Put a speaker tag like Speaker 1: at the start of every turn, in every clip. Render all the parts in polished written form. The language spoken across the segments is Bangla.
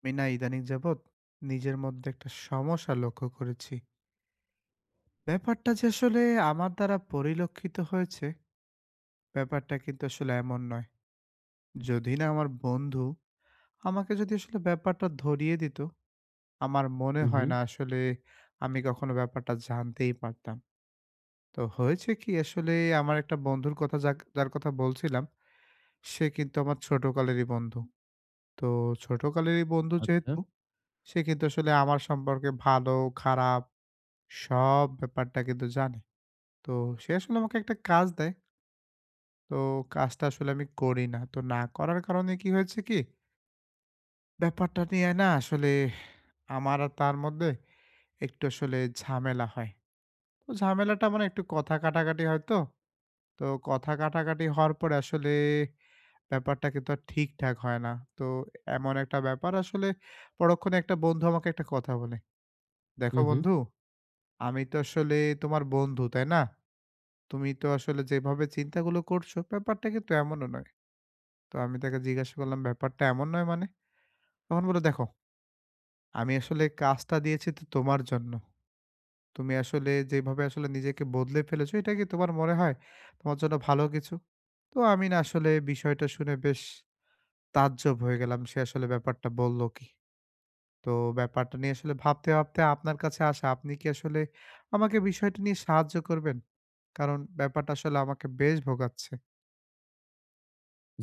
Speaker 1: আমি না ইদানিং যাবৎ নিজের মধ্যে একটা সমস্যা লক্ষ্য করেছি। ব্যাপারটা যে আসলে আমার দ্বারা পরিলক্ষিত হয়েছে, ব্যাপারটা কিন্তু আসলে এমন নয়। যদি না আমার বন্ধু আমাকে যদি আসলে ব্যাপারটা ধরিয়ে দিত, আমার মনে
Speaker 2: হুম,
Speaker 1: হয়
Speaker 2: হুম।
Speaker 1: না আসলে আমি কখনো ব্যাপারটা জানতেই পারতাম। তো হয়েছে কি আসলে আমার একটা বন্ধুর কথা যাক যার কথা বলছিলাম, সে কিন্তু আমার ছোটকালেরই বন্ধু। তো ছোটকালেরই বন্ধু
Speaker 2: আচ্ছা।
Speaker 1: যেহেতু সে কিন্তু আসলে আমার সম্পর্কে ভালো, খারাপ সব ব্যাপারটা কিন্তু জানে। তো সে আসলে আমাকে একটা কাজ দেয়। তো কাজটা আসলে আমি করি না। তো না করার কারণে কি হয়েছে কি? ব্যাপারটা নিয়ে না আসলে আমার আর তার মধ্যে একটু আসলে ঝামেলা হয়। তো ঝামেলাটা মানে একটু কথা কাটাকাটি হয় তো। তো কথা কাটাকাটি হওয়ার পরে আসলে ব্যাপারটা কিন্তু আর ঠিকঠাক হয় না। তো এমন একটা ব্যাপার আসলে পরক্ষণে একটা বন্ধু আমাকে একটা কথা বলে, "দেখো
Speaker 2: হুম, হুম।
Speaker 1: বন্ধু, আমি তো আসলে তোমার বন্ধু, তাই না? তুমি তো আসলে যেভাবে চিন্তাগুলো করছো, ব্যাপারটা কিন্তু এমনও নয়।" তো আমি তাকে জিজ্ঞাসা করলাম, "ব্যাপারটা এমন নয় মানে?" তখন বলল, "দেখো, আমি আসলে কাজটা দিয়েছি তো তোমার জন্য। তুমি আসলে যেভাবে আসলে নিজেকে বদলে ফেলেছো, এটা কি তোমার মনে হয় তোমার জন্য ভালো কিছু?" তো আমি না আসলে বিষয়টা শুনে বেশ তাজ্জব হয়ে গেলাম। সে আসলে ব্যাপারটা বলল কি? তো ব্যাপারটা নিয়ে আসলে ভাবতে, ভাবতে আপনার কাছে আসা। আপনি কি আসলে আমাকে বিষয়টা নিয়ে সাহায্য করবেন? কারণ ব্যাপারটা আসলে আমাকে বেশ ভোগাচ্ছে।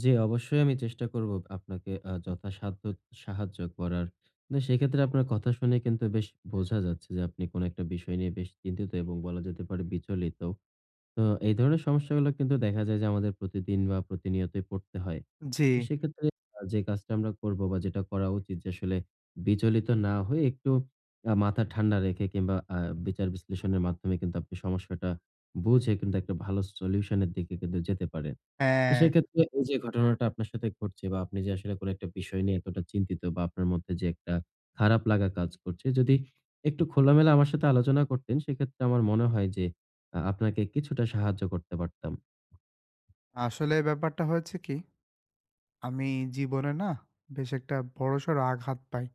Speaker 2: জি, অবশ্যই আমি চেষ্টা করব আপনাকে যথাসাধ্য সাহায্য করার। না, সেক্ষেত্রে আপনার কথা শুনে কিন্তু বেশ বোঝা যাচ্ছে যে আপনি কোন একটা বিষয় নিয়ে বেশ চিন্তিত এবং বলা যেতে পারে বিচলিত। তো এই ধরনের সমস্যাগুলো কিন্তু দেখা যায় যে আমাদের প্রতিদিন বা প্রতিনিয়তই পড়তে হয়।
Speaker 1: জি,
Speaker 2: তো সেক্ষেত্রে যে কাজটা আমরা করব বা যেটা করা উচিত, যে আসলে বিচলিত না হয়ে একটু মাথা ঠান্ডা রেখে কিংবা বিচার বিশ্লেষণের মাধ্যমে কিন্তু আপনি সমস্যাটা বুঝে কিন্তু একটা ভালো সলিউশন এর দিকে কিন্তু যেতে পারেন। তো
Speaker 1: হ্যাঁ।
Speaker 2: সেক্ষেত্রে এই যে ঘটনাটা আপনার সাথে ঘটছে বা আপনি যে আসলে কোনো একটা বিষয় নিয়ে এতটা চিন্তিত বা আপনার মধ্যে যে একটা খারাপ লাগা কাজ করছে, যদি একটু খোলামেলা আমার সাথে আলোচনা করতেন, সেক্ষেত্রে আমার মনে হয় যে আপনাকে কিছুটা সাহায্য করতে পারতাম।
Speaker 1: আসলে ব্যাপারটা হয়েছে কি, আমি জীবনে না বেশ একটা বড়সড় আঘাত পাই।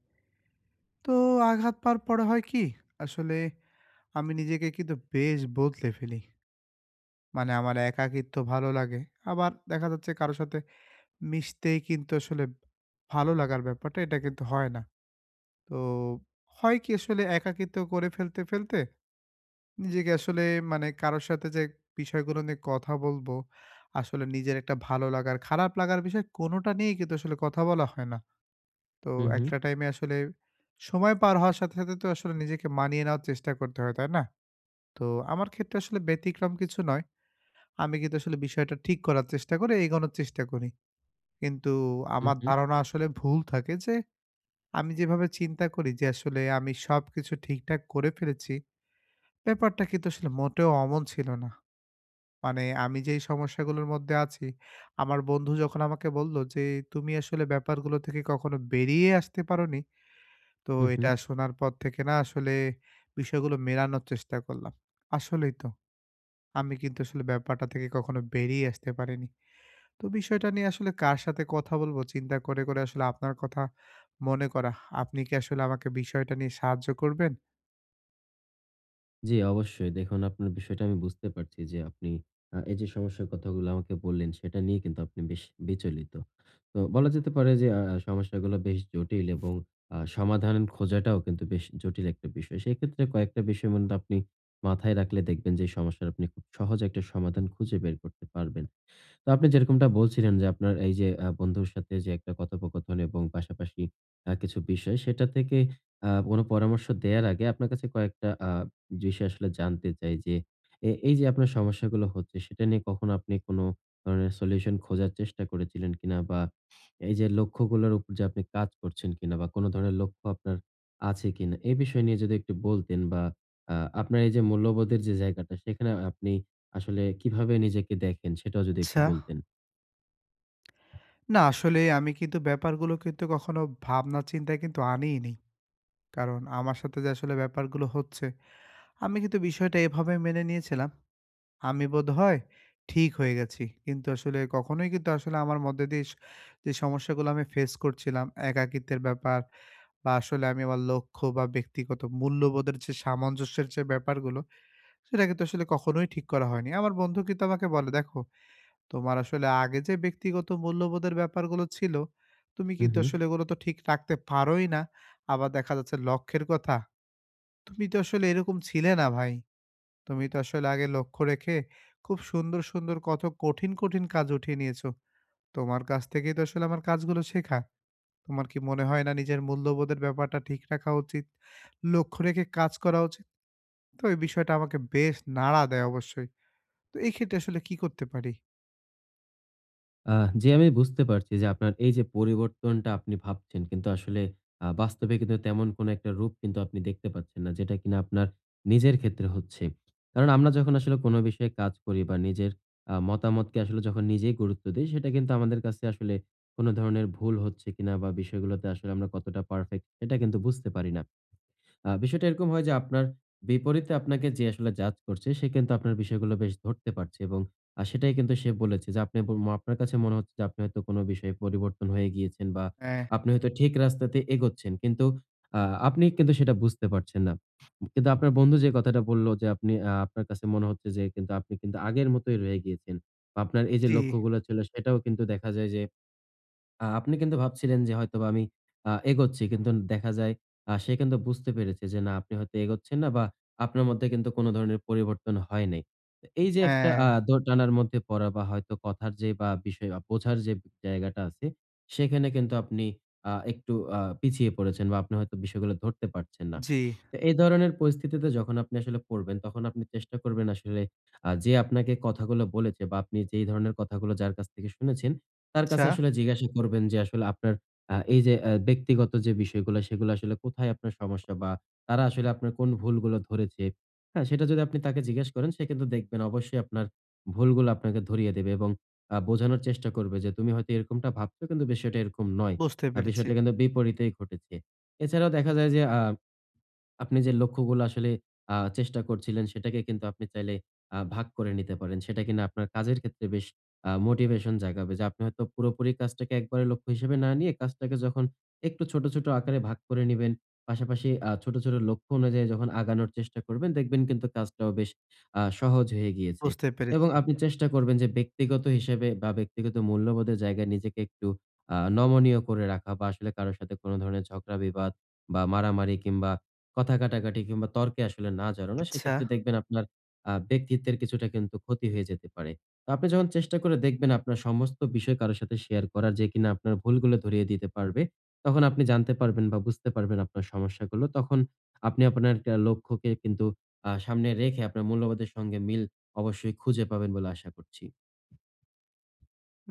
Speaker 1: তো আঘাত পাওয়ার পরে হয় কি, আসলে আমি নিজেকে কিন্তু বেশ বদলে ফেলি। মানে আমার একাকিত্ব ভালো লাগে। আবার দেখা যাচ্ছে কারো সাথে মিশতেই কিন্তু আসলে ভালো লাগার ব্যাপারটা এটা কিন্তু হয় না। তো হয় কি আসলে একাকিত্ব করে ফেলতে, ফেলতে নিজেকে আসলে মানে কারো সাথে যে বিষয়গুলো নিয়ে কথা বলবো, আসলে নিজের একটা ভালো লাগার, খারাপ লাগার বিষয় কোনোটা নিয়েই কিন্তু আসলে কথা বলা হয় না। তো
Speaker 2: হু, হু,
Speaker 1: একটা টাইমে আসলে সময় পার হওয়ার সাথে, সাথে তো আসলে নিজেকে মানিয়ে নেওয়ার চেষ্টা করতে হয়, তাই না? তো আমার ক্ষেত্রে আসলে ব্যতিক্রম কিছু নয়। আমি কিন্তু আসলে বিষয়টা ঠিক করার চেষ্টা করে এগোনোর চেষ্টা করি। কিন্তু
Speaker 2: হু,
Speaker 1: আমার
Speaker 2: হু,
Speaker 1: ধারণা আসলে ভুল থাকে যে, আমি যেভাবে চিন্তা করি যে আসলে আমি সবকিছু ঠিকঠাক করে ফেলেছি, ব্যাপারটা কিন্তু আসলে মোটেও অমন ছিল না। মানে আমি যেই সমস্যাগুলোর মধ্যে আছি, আমার বন্ধু যখন আমাকে বলল যে, "তুমি আসলে ব্যাপারগুলো থেকে কখনো বেরিয়ে আসতে পারোনি।" তো
Speaker 2: হু, হু।
Speaker 1: এটা শোনার পর থেকে না আসলে বিষয়গুলো মেলানোর চেষ্টা করলাম। আসলেই তো। আমি কিন্তু আসলে ব্যাপারটা থেকে কখনো বেরিয়ে আসতে পারিনি। তো বিষয়টা নিয়ে আসলে কার সাথে কথা বলবো চিন্তা করে, করে আসলে আপনার কথা মনে করা। আপনি কি আসলে আমাকে বিষয়টা নিয়ে সাহায্য করবেন?
Speaker 2: জি, অবশ্যই। দেখুন, আপনার বিষয়টা আমি বুঝতে পারছি যে আপনি এই যে সমস্যার কথাগুলো আমাকে বললেন সেটা নিয়ে কিন্তু আপনি বেশ বিচলিত। তো বলা যেতে পারে যে সমস্যাগুলো বেশ জটিল এবং সমাধান খোঁজাটাও কিন্তু বেশ জটিল একটা বিষয়। সেক্ষেত্রে কয়েকটা বিষয় মূলত আপনি মাথায় রাখলে দেখবেন যে এই সমস্যার আপনি খুব সহজে একটা সমাধান খুঁজে বের করতে পারবেন। তো আপনি যেরকমটা বলছিলেন যে আপনার এই যে বন্ধুর সাথে যে একটা কথোপকথন এবং পাশাপাশি কিছু বিষয়, সেটা থেকে কোনো পরামর্শ দেয়ার আগে আপনার কাছে কয়েকটা বিষয় আসলে জানতে চাই যে এই যে আপনার সমস্যাগুলো হচ্ছে সেটা নিয়ে কখনো আপনি কোনো ধরনের সলিউশন খোঁজার চেষ্টা করেছিলেন কিনা? বা এই যে লক্ষ্যগুলোর উপর যে আপনি কাজ করছেন কিনা? বা কোনো ধরনের লক্ষ্য আপনার আছে কিনা? এই বিষয় নিয়ে যদি একটু বলতেন, বা আ আপনার এই যে মূল্যবোধের যে জায়গাটা সেখানে আপনি আসলে কিভাবে নিজেকে দেখেন সেটাও যদি একটু
Speaker 1: আচ্ছা,
Speaker 2: বলতেন।
Speaker 1: না আসলে আমি কিন্তু ব্যাপারগুলো কিন্তু কখনো ভাবনা চিন্তায় কিন্তু আনিই নি। কারণ আমার সাথে যে আসলে ব্যাপারগুলো হচ্ছে, আমি কিন্তু বিষয়টা এভাবে মেনে নিয়েছিলাম। আমি বোধহয় ঠিক হয়ে গেছি। কিন্তু আসলে কখনোই কিন্তু আসলে আমার মধ্যে দিয়ে স যে সমস্যাগুলো আমি ফেস করছিলাম, একাকিত্বের ব্যাপার বা আসলে আমি আমার লক্ষ্য বা ব্যক্তিগত মূল্যবোধের যে সামঞ্জস্যের যে ব্যাপারগুলো, সেটা কিন্তু আসলে কখনোই ঠিক করা হয়নি। আমার বন্ধু কিন্তু আমাকে বলে, "দেখো, তোমার আসলে আগে যে ব্যক্তিগত মূল্যবোধের ব্যাপারগুলো ছিল, তুমি
Speaker 2: হুম,
Speaker 1: কিন্তু
Speaker 2: হুম।
Speaker 1: আসলে এগুলো তো ঠিক রাখতে পারোই না। আবার দেখা যাচ্ছে লক্ষ্যের কথা তুমি তো আসলে এরকম ছিলে না ভাই। তুমি তো আসলে আগে লক্ষ্য রেখে খুব সুন্দর, সুন্দর কত কঠিন, কঠিন কাজ উঠিয়ে নিয়েছো। তোমার কাছ থেকেই তো আসলে আমার কাজগুলো শেখা। তোমার কি মনে হয় না নিজের মূল্যবোধের ব্যাপারটা ঠিক রাখা উচিত? লক্ষ্য রেখে কাজ করা উচিত?" তো এই বিষয়টা আমাকে বেশ নাড়া দেয় অবশ্যই। তো এই ক্ষেত্রে আসলে কি করতে পারি?
Speaker 2: আহ, জি, আমি বুঝতে পারছি যে আপনার এই যে পরিবর্তনটা আপনি ভাবছেন কিন্তু আসলে বাস্তবে কিন্তু তেমন কোনো একটা রূপ কিন্তু আপনি দেখতে পাচ্ছেন না, যেটা কিনা আপনার নিজের ক্ষেত্রে হচ্ছে। কারণ আমরা যখন আসলে কোনো বিষয়ে কাজ করি বা নিজের মতামতকে আসলে যখন নিজেই গুরুত্ব দেই, সেটা কিন্তু আমাদের কাছে আসলে কোনো ধরনের ভুল হচ্ছে কিনা বা বিষয়গুলোতে আসলে আমরা কতটা পারফেক্ট এটা কিন্তু বুঝতে পারি না। বিষয়টা এরকম হয় যে আপনার বিপরীতে আপনাকে যে আসলে জাজ করছে, সে কিন্তু আপনার বিষয়গুলো বেশ ধরতে পারছে এবং সেটাই কিন্তু সে বলেছে যে আপনি আপনার কাছে মনে হচ্ছে যে আপনি হয়তো কোনো বিষয়ে পরিবর্তন হয়ে গিয়েছেন বা
Speaker 1: হ্যাঁ,
Speaker 2: আপনি হয়তো ঠিক রাস্তাতে এগোচ্ছেন। কিন্তু আ আপনি কিন্তু সেটা বুঝতে পারছেন না। কিন্তু আপনার বন্ধু যে কথাটা বলল যে আপনি আপনার কাছে মনে হচ্ছে যে কিন্তু আপনি কিন্তু আগের মতোই রয়ে গিয়েছেন। বা আপনার এই যে
Speaker 1: জি,
Speaker 2: লক্ষ্যগুলো ছিল সেটাও কিন্তু দেখা যায় যে আপনি কিন্তু ভাবছিলেন যে হয়তোবা আমি এগোচ্ছি। কিন্তু দেখা যায় সে কিন্তু বুঝতে পেরেছে যে না, আপনি হয়তো এগোচ্ছেন না বা আপনার মধ্যে কিন্তু কোন ধরনের পরিবর্তন হয় নাই। তো এই যে একটা
Speaker 1: হ্যাঁ,
Speaker 2: দোটানার মধ্যে পড়া বা হয়তো কথার যে বা বিষয় বোঝার যে জায়গাটা আছে, সেখানে কিন্তু আপনি একটু পিছিয়ে পড়েছেন বা আপনি হয়তো বিষয়গুলো ধরতে পারছেন না।
Speaker 1: জি।
Speaker 2: তো এই ধরনের পরিস্থিতিতে যখন আপনি আসলে পড়বেন, তখন আপনি চেষ্টা করবেন আসলে যে আপনাকে কথাগুলো বলেছে বা আপনি যেই ধরনের কথাগুলো যার কাছ থেকে শুনেছেন, তার
Speaker 1: আচ্ছা,
Speaker 2: কাছে আসলে জিজ্ঞাসা করবেন যে আসলে আপনার এই যে ব্যক্তিগত যে বিষয়গুলো, সেগুলো আসলে কোথায় আপনার সমস্যা বা তারা আসলে আপনার কোন ভুলগুলো ধরেছে। হ্যাঁ, সেটা যদি আপনি তাকে জিজ্ঞেস করেন, সে কিন্তু দেখবেন অবশ্যই আপনার ভুলগুলো আপনাকে ধরিয়ে দেবে এবং বোঝানোর চেষ্টা করবে যে তুমি হয়তো এরকমটা ভাবছো, কিন্তু বিষয়টা এরকম নয়।
Speaker 1: বুঝতে পেরেছি,
Speaker 2: বিষয়টা কিন্তু বিপরীতেই ঘটেছে। এছাড়াও দেখা যায় যে আপনি যে লক্ষ্যগুলো আসলে চেষ্টা করছিলেন, সেটাকে কিন্তু আপনি চাইলে ভাগ করে নিতে পারেন। সেটা কিনা আপনার কাজের ক্ষেত্রে বেশ মোটিভেশন জাগাবে। যে আপনি হয়তো পুরোপুরি কাজটাকে একবারে লক্ষ্য হিসেবে না নিয়ে কাজটাকে যখন একটু ছোট, ছোট আকারে ভাগ করে নিবেন, পাশাপাশি ছোট, ছোট লক্ষ্য অনুযায়ী যখন আগানোর চেষ্টা করবেন, দেখবেন কিন্তু কাজটাও বেশ সহজ হয়ে গিয়েছে।
Speaker 1: বুঝতে
Speaker 2: এবং
Speaker 1: পেরেছি।
Speaker 2: আপনি চেষ্টা করবেন যে ব্যক্তিগত হিসেবে বা ব্যক্তিগত মূল্যবোধের জায়গায় নিজেকে একটু নমনীয় করে রাখা বা আসলে কারো সাথে কোনো ধরনের ঝগড়া বিবাদ বা মারামারি কিংবা কথা কাটাকাটি কিংবা তর্কে আসলে না জড়ানো।
Speaker 1: আচ্ছা।
Speaker 2: সেক্ষেত্রে দেখবেন আপনার ব্যক্তিত্বের কিছুটা কিন্তু ক্ষতি হয়ে যেতে পারে। তো আপনি যখন চেষ্টা করে দেখবেন আপনার সমস্ত বিষয় কারো সাথে শেয়ার করার, যে কিনা আপনার ভুলগুলো ধরিয়ে দিতে পারবে, তখন আপনি জানতে পারবেন বা বুঝতে পারবেন আপনার সমস্যাগুলো। তখন আপনি আপনার একটা লক্ষ্যকে কিন্তু সামনে রেখে আপনার মূল্যবোধের সঙ্গে মিল অবশ্যই খুঁজে পাবেন বলে আশা করছি।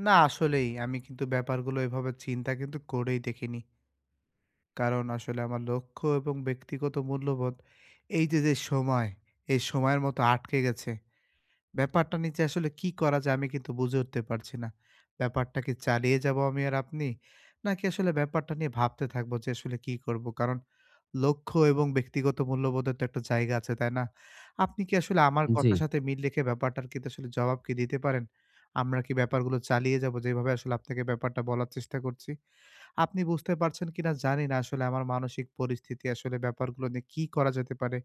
Speaker 1: না আসলেই আমি কিন্তু ব্যাপারগুলো এভাবে চিন্তা কিন্তু করেই দেখিনি। কারণ আসলে আমার লক্ষ্য এবং ব্যক্তিগত মূল্যবোধ এই যে, যে সময়, এই সময়ের মতো আটকে গেছে। ব্যাপারটা নিয়ে যে আসলে কি করা যায় আমি কিন্তু বুঝে উঠতে পারছি না। ব্যাপারটা কি চালিয়ে যাবো আমি আর আপনি? নাকি আসলে ব্যাপারটা নিয়ে ভাবতে থাকবো যে আসলে কি করবো? কারণ লক্ষ্য এবং ব্যক্তিগত মূল্যবোধের তো একটা জায়গা আছে, তাই না? আপনি কি আসলে আমার
Speaker 2: জি।
Speaker 1: কথার সাথে মিল রেখে ব্যাপারটার কিন্তু আসলে জবাব কি দিতে পারেন? আমরা কি ব্যাপারগুলো চালিয়ে যাবো যেভাবে আসলে আপনাকে ব্যাপারটা বলার চেষ্টা করছি? আপনি বুঝতে পারছেন কিনা জানি না আসলে আমার মানসিক পরিস্থিতি আসলে ব্যাপারগুলো নিয়ে কি করা যেতে পারে?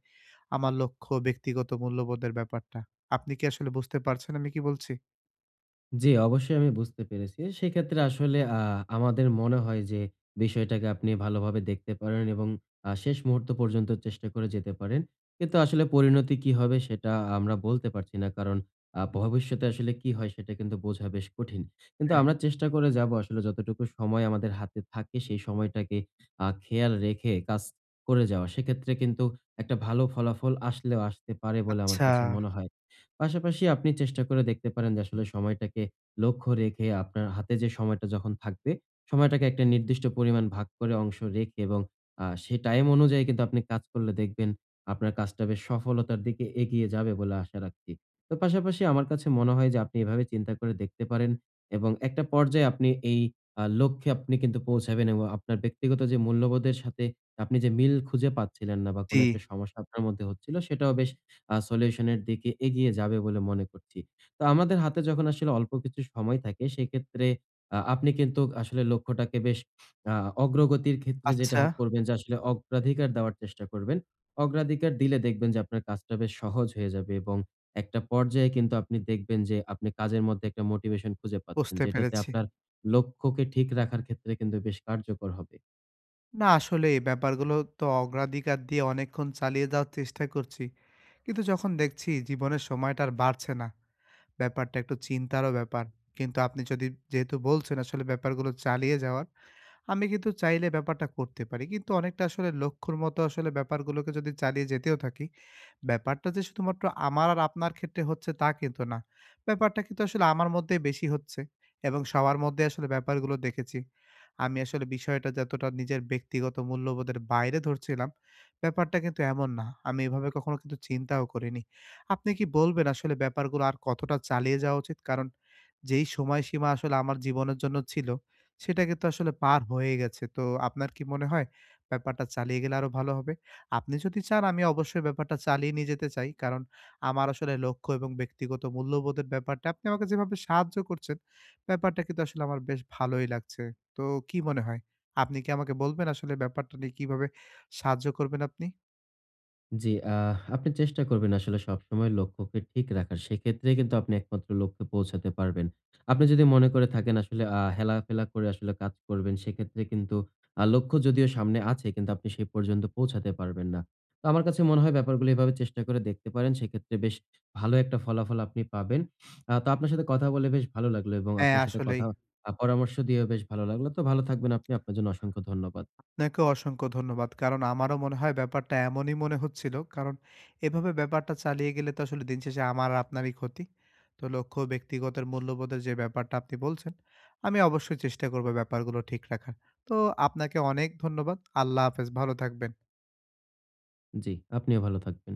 Speaker 1: আমার লক্ষ্য, ব্যক্তিগত মূল্যবোধের ব্যাপারটা। আপনি কি আসলে বুঝতে পারছেন আমি কি বলছি?
Speaker 2: জি, অবশ্যই আমি বুঝতে পেরেছি। সেক্ষেত্রে আসলে আমাদের মনে হয় যে বিষয়টাকে আপনি ভালোভাবে দেখতে পারেন এবং শেষ মুহূর্ত পর্যন্ত চেষ্টা করে যেতে পারেন। কিন্তু আসলে পরিণতি কি হবে সেটা আমরা বলতে পারছি না। কারণ ভবিষ্যতে আসলে কি হয় সেটা কিন্তু বোঝা বেশ কঠিন। কিন্তু
Speaker 1: হ্যাঁ,
Speaker 2: আমরা চেষ্টা করে যাবো আসলে যতটুকু সময় আমাদের হাতে থাকে, সেই সময়টাকে খেয়াল রেখে কাজ করে যাওয়া। সেক্ষেত্রে কিন্তু একটা ভালো ফলাফল আসলেও আসতে পারে বলে আমার
Speaker 1: আচ্ছা।
Speaker 2: কাছে মনে হয়। পাশাপাশি আপনি চেষ্টা করে দেখতে পারেন যে আসলে সময়টাকে লক্ষ্য রেখে, আপনার হাতে যে সময়টা যখন থাকবে, সময়টাকে একটা নির্দিষ্ট পরিমাণ ভাগ করে অংশ রেখে এবং সেই টাইম অনুযায়ী কিন্তু আপনি কাজ করলে দেখবেন আপনার কাজটা বেশ সফলতার দিকে এগিয়ে যাবে বলে আশা রাখছি। তো পাশাপাশি আমার কাছে মনে হয় যে আপনি এভাবে চিন্তা করে দেখতে পারেন এবং একটা পর্যায়ে আপনি এই লক্ষ্যে আপনি কিন্তু পৌঁছাবেন এবং আপনার ব্যক্তিগত যে মূল্যবোধের সাথে আপনি যে মিল খুঁজে পাচ্ছিলেন না বা
Speaker 1: জি,
Speaker 2: কোনো একটা সমস্যা আপনার মধ্যে হচ্ছিল, সেটাও বেশ সলিউশন এর দিকে এগিয়ে যাবে বলে মনে করছি। তো আমাদের হাতে যখন আসলে অল্প কিছু সময় থাকে, সেক্ষেত্রে আপনি কিন্তু আসলে লক্ষ্যটাকে বেশ আ অগ্রগতির ক্ষেত্রে যেটা
Speaker 1: আচ্ছা
Speaker 2: করবেন যে আসলে অগ্রাধিকার দেওয়ার চেষ্টা করবেন। অগ্রাধিকার দিলে দেখবেন যে আপনার কাজটা বেশ সহজ হয়ে যাবে এবং একটা পর্যায়ে কিন্তু আপনি দেখবেন যে আপনি কাজের মধ্যে একটা মোটিভেশন খুঁজে পাচ্ছেন,
Speaker 1: বুঝতে
Speaker 2: যেটাতে
Speaker 1: পেরেছি।
Speaker 2: আপনার লক্ষ্যকে ঠিক রাখার ক্ষেত্রে কিন্তু বেশ কার্যকর হবে।
Speaker 1: না আসলে এই ব্যাপারগুলো তো অগ্রাধিকার দিয়ে অনেকক্ষণ চালিয়ে যাওয়ার চেষ্টা করছি। কিন্তু যখন দেখছি জীবনের সময়টা আর বাড়ছে না, ব্যাপারটা একটু চিন্তারও ব্যাপার। কিন্তু আপনি যদি যেহেতু বলছেন আসলে ব্যাপারগুলো চালিয়ে যাওয়ার আমি কিন্তু চাইলে ব্যাপারটা করতে পারি। কিন্তু অনেকটা আসলে লক্ষ্যর মতো আসলে ব্যাপারগুলোকে যদি চালিয়ে যেতেও থাকি, ব্যাপারটা যে শুধুমাত্র আমার আর আপনার ক্ষেত্রে হচ্ছে তা কিন্তু না। ব্যাপারটা কিন্তু আসলে আমার মধ্যেই বেশি হচ্ছে এবং সবার মধ্যে আসলে ব্যাপারগুলো দেখেছি। আমি আসলে বিষয়টা যতটা নিজের ব্যক্তিগত মূল্যবোধের বাইরে ধরছিলাম, ব্যাপারটা কিন্তু এমন না। আমি এভাবে কখনো কিন্তু চিন্তাও করিনি। আপনি কি বলবেন আসলে ব্যাপারগুলো আর কতটা চালিয়ে যাওয়া উচিত? কারণ যেই সময়সীমা আসলে আমার জীবনের জন্য ছিল, সেটা কিন্তু আসলে পার হয়ে গেছে। তো আপনার কি মনে হয় ব্যাপারটা চালিয়ে গেলে আরো ভালো হবে? আপনি যদি চান আমি অবশ্যই ব্যাপারটা চালিয়ে নিয়ে যেতে চাই। কারণ আমার আসলে লক্ষ্য এবং ব্যক্তিগত মূল্যবোধের ব্যাপারটা আপনি আমাকে যেভাবে সাহায্য করছেন, ব্যাপারটা কিন্তু আসলে আমার বেশ ভালোই লাগছে। তো কি মনে হয়? আপনি কি আমাকে বলবেন আসলে ব্যাপারটা নিয়ে কিভাবে সাহায্য করবেন আপনি?
Speaker 2: জি, আহ, আপনি চেষ্টা করবেন আসলে সবসময় লক্ষ্যকে ঠিক রাখার। সেক্ষেত্রে কিন্তু আপনি একমাত্র লক্ষ্যে পৌঁছাতে পারবেন। আপনি যদি মনে করে থাকেন আসলে হেলাফেলা করে আসলে কাজ করবেন, সেক্ষেত্রে কিন্তু লক্ষ্য যদিও সামনে আছে, কিন্তু আপনি সেই পর্যন্ত পৌঁছাতে পারবেন না। তো আমার কাছে মনে হয় ব্যাপারগুলো এভাবে চেষ্টা করে দেখতে পারেন। সেক্ষেত্রে বেশ ভালো একটা ফলাফল আপনি পাবেন। তো আপনার সাথে কথা বলে বেশ ভালো লাগলো এবং
Speaker 1: হ্যাঁ,
Speaker 2: আপনার সাথে
Speaker 1: আসলেই।
Speaker 2: কথা পরামর্শ দিয়েও বেশ ভালো লাগলো। তো ভালো থাকবেন আপনি। আপনার জন্য অসংখ্য ধন্যবাদ।
Speaker 1: আপনাকেও অসংখ্য ধন্যবাদ। কারণ আমারও মনে হয় ব্যাপারটা এমনই মনে হচ্ছিল। কারণ এভাবে ব্যাপারটা চালিয়ে গেলে তো আসলে দিন শেষে আমার আর আপনারই ক্ষতি। তো লক্ষ্য ব্যক্তিগতের মূল্যবোধের যে ব্যাপারটা আপনি বলছেন, আমি অবশ্যই চেষ্টা করব ব্যাপারগুলো ঠিক রাখার। তো আপনাকে অনেক ধন্যবাদ। আল্লাহ হাফেজ। ভালো থাকবেন।
Speaker 2: জি, আপনিও ভালো থাকবেন।